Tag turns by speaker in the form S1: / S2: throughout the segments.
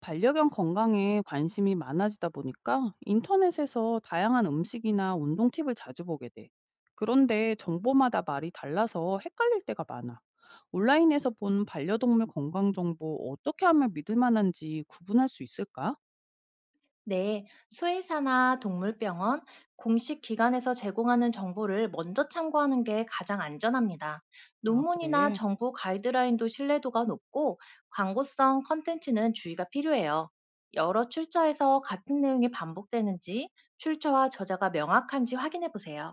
S1: 반려견 건강에 관심이 많아지다 보니까 인터넷에서 다양한 음식이나 운동 팁을 자주 보게 돼. 그런데 정보마다 말이 달라서 헷갈릴 때가 많아. 온라인에서 본 반려동물 건강 정보 어떻게 하면 믿을 만한지 구분할 수 있을까?
S2: 네, 수의사나 동물병원, 공식 기관에서 제공하는 정보를 먼저 참고하는 게 가장 안전합니다.
S1: 아,
S2: 논문이나
S1: 그래.
S2: 정부 가이드라인도 신뢰도가 높고 광고성 컨텐츠는 주의가 필요해요. 여러 출처에서 같은 내용이 반복되는지, 출처와 저자가 명확한지 확인해 보세요.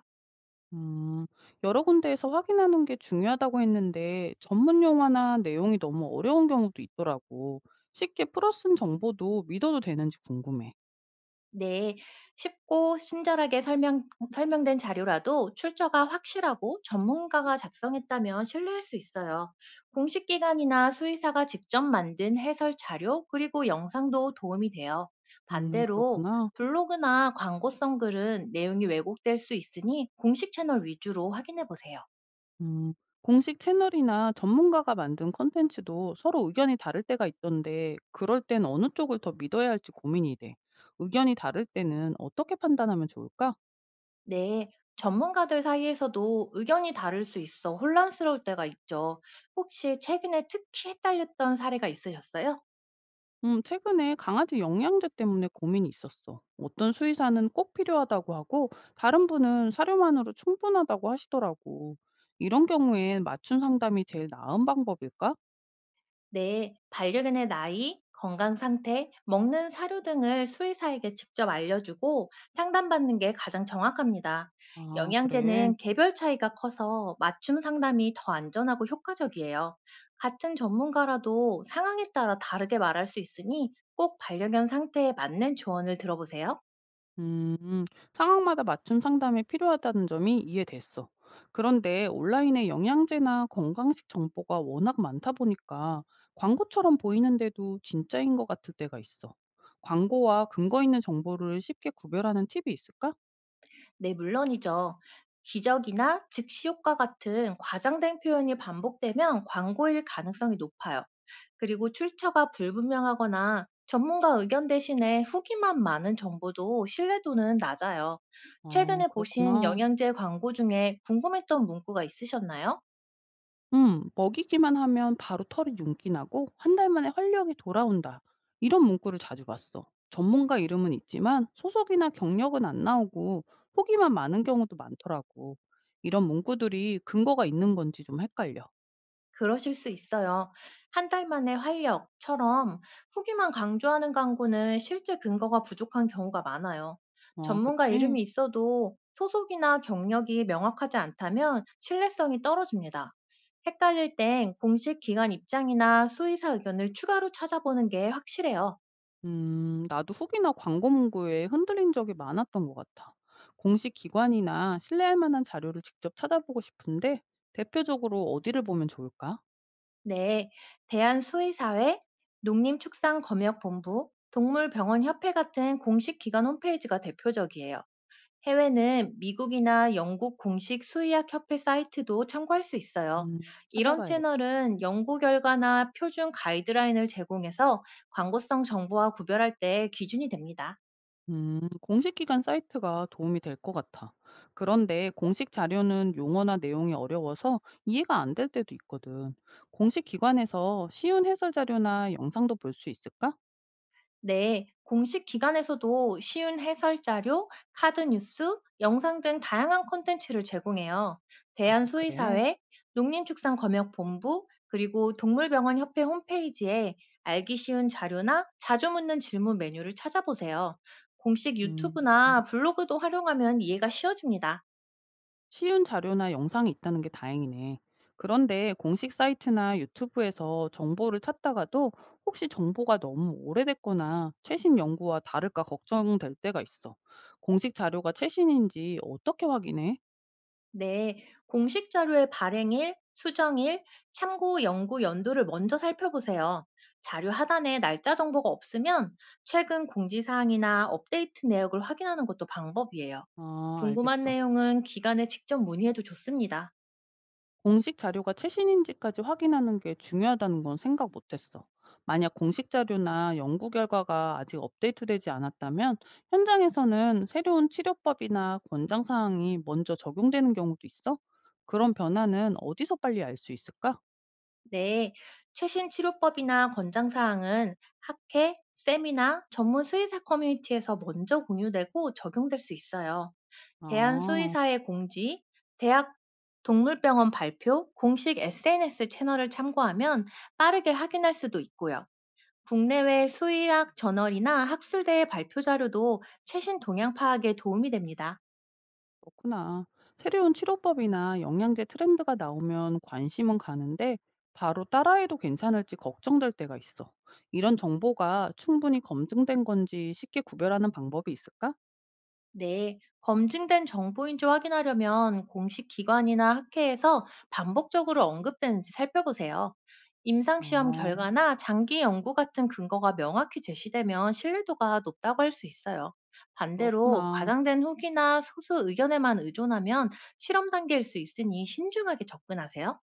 S1: 음, 여러 군데에서 확인하는 게 중요하다고 했는데 전문 용어나 내용이 너무 어려운 경우도 있더라고. 쉽게 풀어 쓴 정보도 믿어도 되는지 궁금해.
S2: 네, 쉽고 친절하게 설명된 자료라도 출처가 확실하고 전문가가 작성했다면 신뢰할 수 있어요. 공식 기관이나 수의사가 직접 만든 해설 자료, 그리고 영상도 도움이 돼요. 반대로
S1: 그렇구나.
S2: 블로그나 광고성 글은 내용이 왜곡될 수 있으니 공식 채널 위주로 확인해 보세요.
S1: 음. 공식 채널이나 전문가가 만든 콘텐츠도 서로 의견이 다를 때가 있던데 그럴 땐 어느 쪽을 더 믿어야 할지 고민이 돼. 의견이 다를 때는 어떻게 판단하면 좋을까?
S2: 네, 전문가들 사이에서도 의견이 다를 수 있어 혼란스러울 때가 있죠. 혹시 최근에 특히 헷갈렸던 사례가 있으셨어요?
S1: 최근에 강아지 영양제 때문에 고민이 있었어. 어떤 수의사는 꼭 필요하다고 하고 다른 분은 사료만으로 충분하다고 하시더라고. 이런 경우엔 맞춤 상담이 제일 나은 방법일까?
S2: 네, 반려견의 나이, 건강 상태, 먹는 사료 등을 수의사에게 직접 알려주고 상담받는 게 가장 정확합니다.
S1: 아, 그래.
S2: 영양제는 개별 차이가 커서 맞춤 상담이 더 안전하고 효과적이에요. 같은 전문가라도 상황에 따라 다르게 말할 수 있으니 꼭 반려견 상태에 맞는 조언을 들어보세요.
S1: 음, 상황마다 맞춤 상담이 필요하다는 점이 이해됐어. 그런데 온라인에 영양제나 건강식 정보가 워낙 많다 보니까 광고처럼 보이는데도 진짜인 것 같을 때가 있어. 광고와 근거 있는 정보를 쉽게 구별하는 팁이 있을까?
S2: 네, 물론이죠. 기적이나 즉시 효과 같은 과장된 표현이 반복되면 광고일 가능성이 높아요. 그리고 출처가 불분명하거나 전문가 의견 대신에 후기만 많은 정보도 신뢰도는 낮아요.
S1: 아,
S2: 최근에 보신
S1: 그렇구나.
S2: 영양제 광고 중에 궁금했던 문구가 있으셨나요?
S1: 음. "먹이기만 하면 바로 털이 윤기 나고 한 달 만에 활력이 돌아온다." 이런 문구를 자주 봤어. 전문가 이름은 있지만 소속이나 경력은 안 나오고 후기만 많은 경우도 많더라고. 이런 문구들이 근거가 있는 건지 좀 헷갈려.
S2: 그러실 수 있어요. "한 달 만에 활력."처럼 후기만 강조하는 광고는 실제 근거가 부족한 경우가 많아요.
S1: 아
S2: 전문가
S1: 그치?
S2: 이름이 있어도 소속이나 경력이 명확하지 않다면 신뢰성이 떨어집니다. 헷갈릴 땐 공식 기관 입장이나 수의사 의견을 추가로 찾아보는 게 확실해요.
S1: 음. 나도 후기나 광고 문구에 흔들린 적이 많았던 것 같아. 공식 기관이나 신뢰할 만한 자료를 직접 찾아보고 싶은데 대표적으로 어디를 보면 좋을까?
S2: 네, 대한수의사회, 농림축산검역본부, 동물병원협회 같은 공식 기관 홈페이지가 대표적이에요. 해외는 미국이나 영국 공식 수의학 협회 사이트도 참고할 수 있어요.
S1: 음.
S2: 이런
S1: 찾아봐야겠다.
S2: 채널은 연구 결과나 표준 가이드라인을 제공해서 광고성 정보와 구별할 때 기준이 됩니다.
S1: 공식 기관 사이트가 도움이 될 것 같아. 그런데 공식 자료는 용어나 내용이 어려워서 이해가 안 될 때도 있거든. 공식 기관에서 쉬운 해설 자료나 영상도 볼 수 있을까?
S2: 네, 공식 기관에서도 쉬운 해설 자료, 카드 뉴스, 영상 등 다양한 콘텐츠를 제공해요.
S1: 아, 그래.
S2: 대한수의사회, 농림축산검역본부, 그리고 동물병원협회 홈페이지에 알기 쉬운 자료나 자주 묻는 질문 메뉴를 찾아보세요. 공식
S1: 음,
S2: 유튜브나 블로그도 활용하면 이해가 쉬워집니다.
S1: 쉬운 자료나 영상이 있다는 게 다행이네. 그런데 공식 사이트나 유튜브에서 정보를 찾다가도 혹시 정보가 너무 오래됐거나 최신 연구와 다를까 걱정될 때가 있어. 공식 자료가 최신인지 어떻게 확인해?
S2: 네, 공식 자료의 발행일, 수정일, 참고 연구 연도를 먼저 살펴보세요. 자료 하단에 날짜 정보가 없으면 최근 공지사항이나 업데이트 내역을 확인하는 것도 방법이에요.
S1: 아,
S2: 궁금한
S1: 알겠어.
S2: 내용은 기관에 직접 문의해도 좋습니다.
S1: 공식 자료가 최신인지까지 확인하는 게 중요하다는 건 생각 못 했어. 만약 공식 자료나 연구 결과가 아직 업데이트되지 않았다면 현장에서는 새로운 치료법이나 권장 사항이 먼저 적용되는 경우도 있어? 그런 변화는 어디서 빨리 알 수 있을까?
S2: 네, 최신 치료법이나 권장사항은 학회, 세미나, 전문 수의사 커뮤니티에서 먼저 공유되고 적용될 수 있어요.
S1: 아.
S2: 대한수의사의 공지, 대학 동물병원 발표, 공식 SNS 채널을 참고하면 빠르게 확인할 수도 있고요. 국내외 수의학 저널이나 학술대의 발표 자료도 최신 동향 파악에 도움이 됩니다.
S1: 그렇구나. 새로운 치료법이나 영양제 트렌드가 나오면 관심은 가는데 바로 따라해도 괜찮을지 걱정될 때가 있어. 이런 정보가 충분히 검증된 건지 쉽게 구별하는 방법이 있을까?
S2: 네, 검증된 정보인지 확인하려면 공식 기관이나 학회에서 반복적으로 언급되는지 살펴보세요. 임상시험
S1: 아,
S2: 결과나 장기 연구 같은 근거가 명확히 제시되면 신뢰도가 높다고 할 수 있어요. 반대로
S1: 그렇구나.
S2: 과장된 후기나 소수 의견에만 의존하면 실험 단계일 수 있으니 신중하게 접근하세요.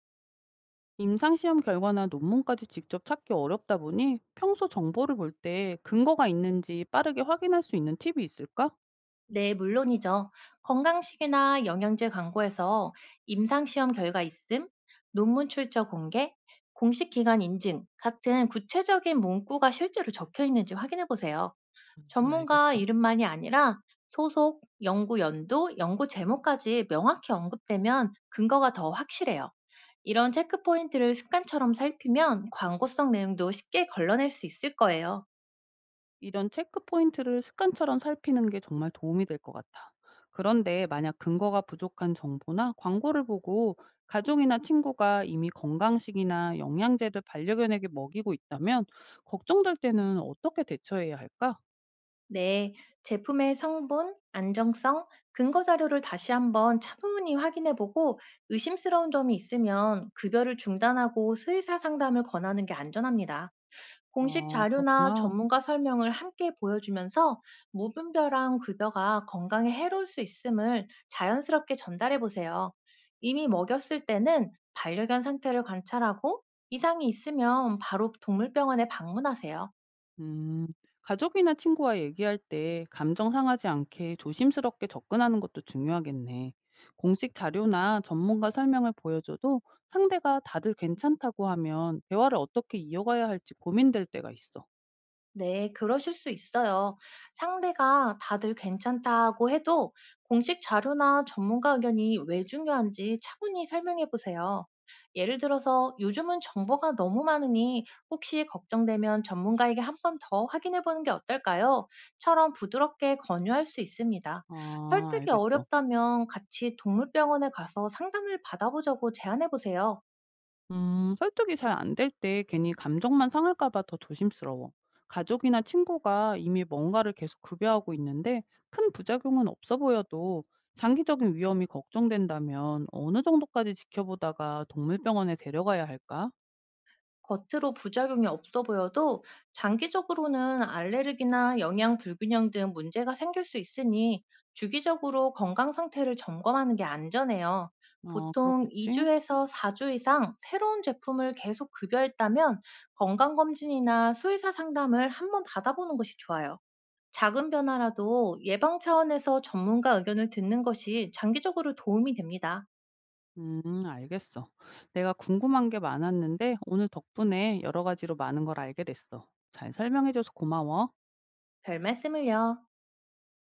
S1: 임상시험 결과나 논문까지 직접 찾기 어렵다 보니 평소 정보를 볼 때 근거가 있는지 빠르게 확인할 수 있는 팁이 있을까?
S2: 네, 물론이죠. 건강식이나 영양제 광고에서 임상시험 결과 있음, 논문 출처 공개, 공식 기관 인증 같은 구체적인 문구가 실제로 적혀 있는지 확인해 보세요.
S1: 아,
S2: 전문가
S1: 알겠어.
S2: 이름만이 아니라 소속, 연구 연도, 연구 제목까지 명확히 언급되면 근거가 더 확실해요. 이런 체크 포인트를 습관처럼 살피면 광고성 내용도 쉽게 걸러낼 수 있을 거예요.
S1: 이런 체크 포인트를 습관처럼 살피는 게 정말 도움이 될 것 같아. 그런데 만약 근거가 부족한 정보나 광고를 보고 가족이나 친구가 이미 건강식이나 영양제를 반려견에게 먹이고 있다면 걱정될 때는 어떻게 대처해야 할까?
S2: 네, 제품의 성분, 안정성, 근거 자료를 다시 한번 차분히 확인해 보고 의심스러운 점이 있으면 급여를 중단하고 수의사 상담을 권하는 게 안전합니다. 공식
S1: 아,
S2: 자료나
S1: 그렇구나.
S2: 전문가 설명을 함께 보여주면서 무분별한 급여가 건강에 해로울 수 있음을 자연스럽게 전달해 보세요. 이미 먹였을 때는 반려견 상태를 관찰하고 이상이 있으면 바로 동물병원에 방문하세요.
S1: 음, 가족이나 친구와 얘기할 때 감정 상하지 않게 조심스럽게 접근하는 것도 중요하겠네. 공식 자료나 전문가 설명을 보여줘도 상대가 다들 괜찮다고 하면 대화를 어떻게 이어가야 할지 고민될 때가 있어.
S2: 네, 그러실 수 있어요. 상대가 다들 괜찮다고 해도 공식 자료나 전문가 의견이 왜 중요한지 차분히 설명해 보세요. 예를 들어서 요즘은 정보가 너무 많으니 혹시 걱정되면 전문가에게 한 번 더 확인해 보는 게 어떨까요? 처럼 부드럽게 권유할 수 있습니다.
S1: 아,
S2: 설득이
S1: 알겠어.
S2: 어렵다면 같이 동물병원에 가서 상담을 받아보자고 제안해 보세요.
S1: 설득이 잘 안될 때 괜히 감정만 상할까 봐 더 조심스러워. 가족이나 친구가 이미 뭔가를 계속 급여하고 있는데 큰 부작용은 없어 보여도 장기적인 위험이 걱정된다면 어느 정도까지 지켜보다가 동물병원에 데려가야 할까?
S2: 겉으로 부작용이 없어 보여도 장기적으로는 알레르기나 영양 불균형 등 문제가 생길 수 있으니 주기적으로 건강 상태를 점검하는 게 안전해요.
S1: 어,
S2: 보통
S1: 그렇겠지?
S2: 2주에서 4주 이상 새로운 제품을 계속 급여했다면 건강검진이나 수의사 상담을 한번 받아보는 것이 좋아요. 작은 변화라도 예방 차원에서 전문가 의견을 듣는 것이 장기적으로 도움이 됩니다.
S1: 알겠어. 내가 궁금한 게 많았는데 오늘 덕분에 여러 가지로 많은 걸 알게 됐어. 잘 설명해줘서 고마워.
S2: 별 말씀을요.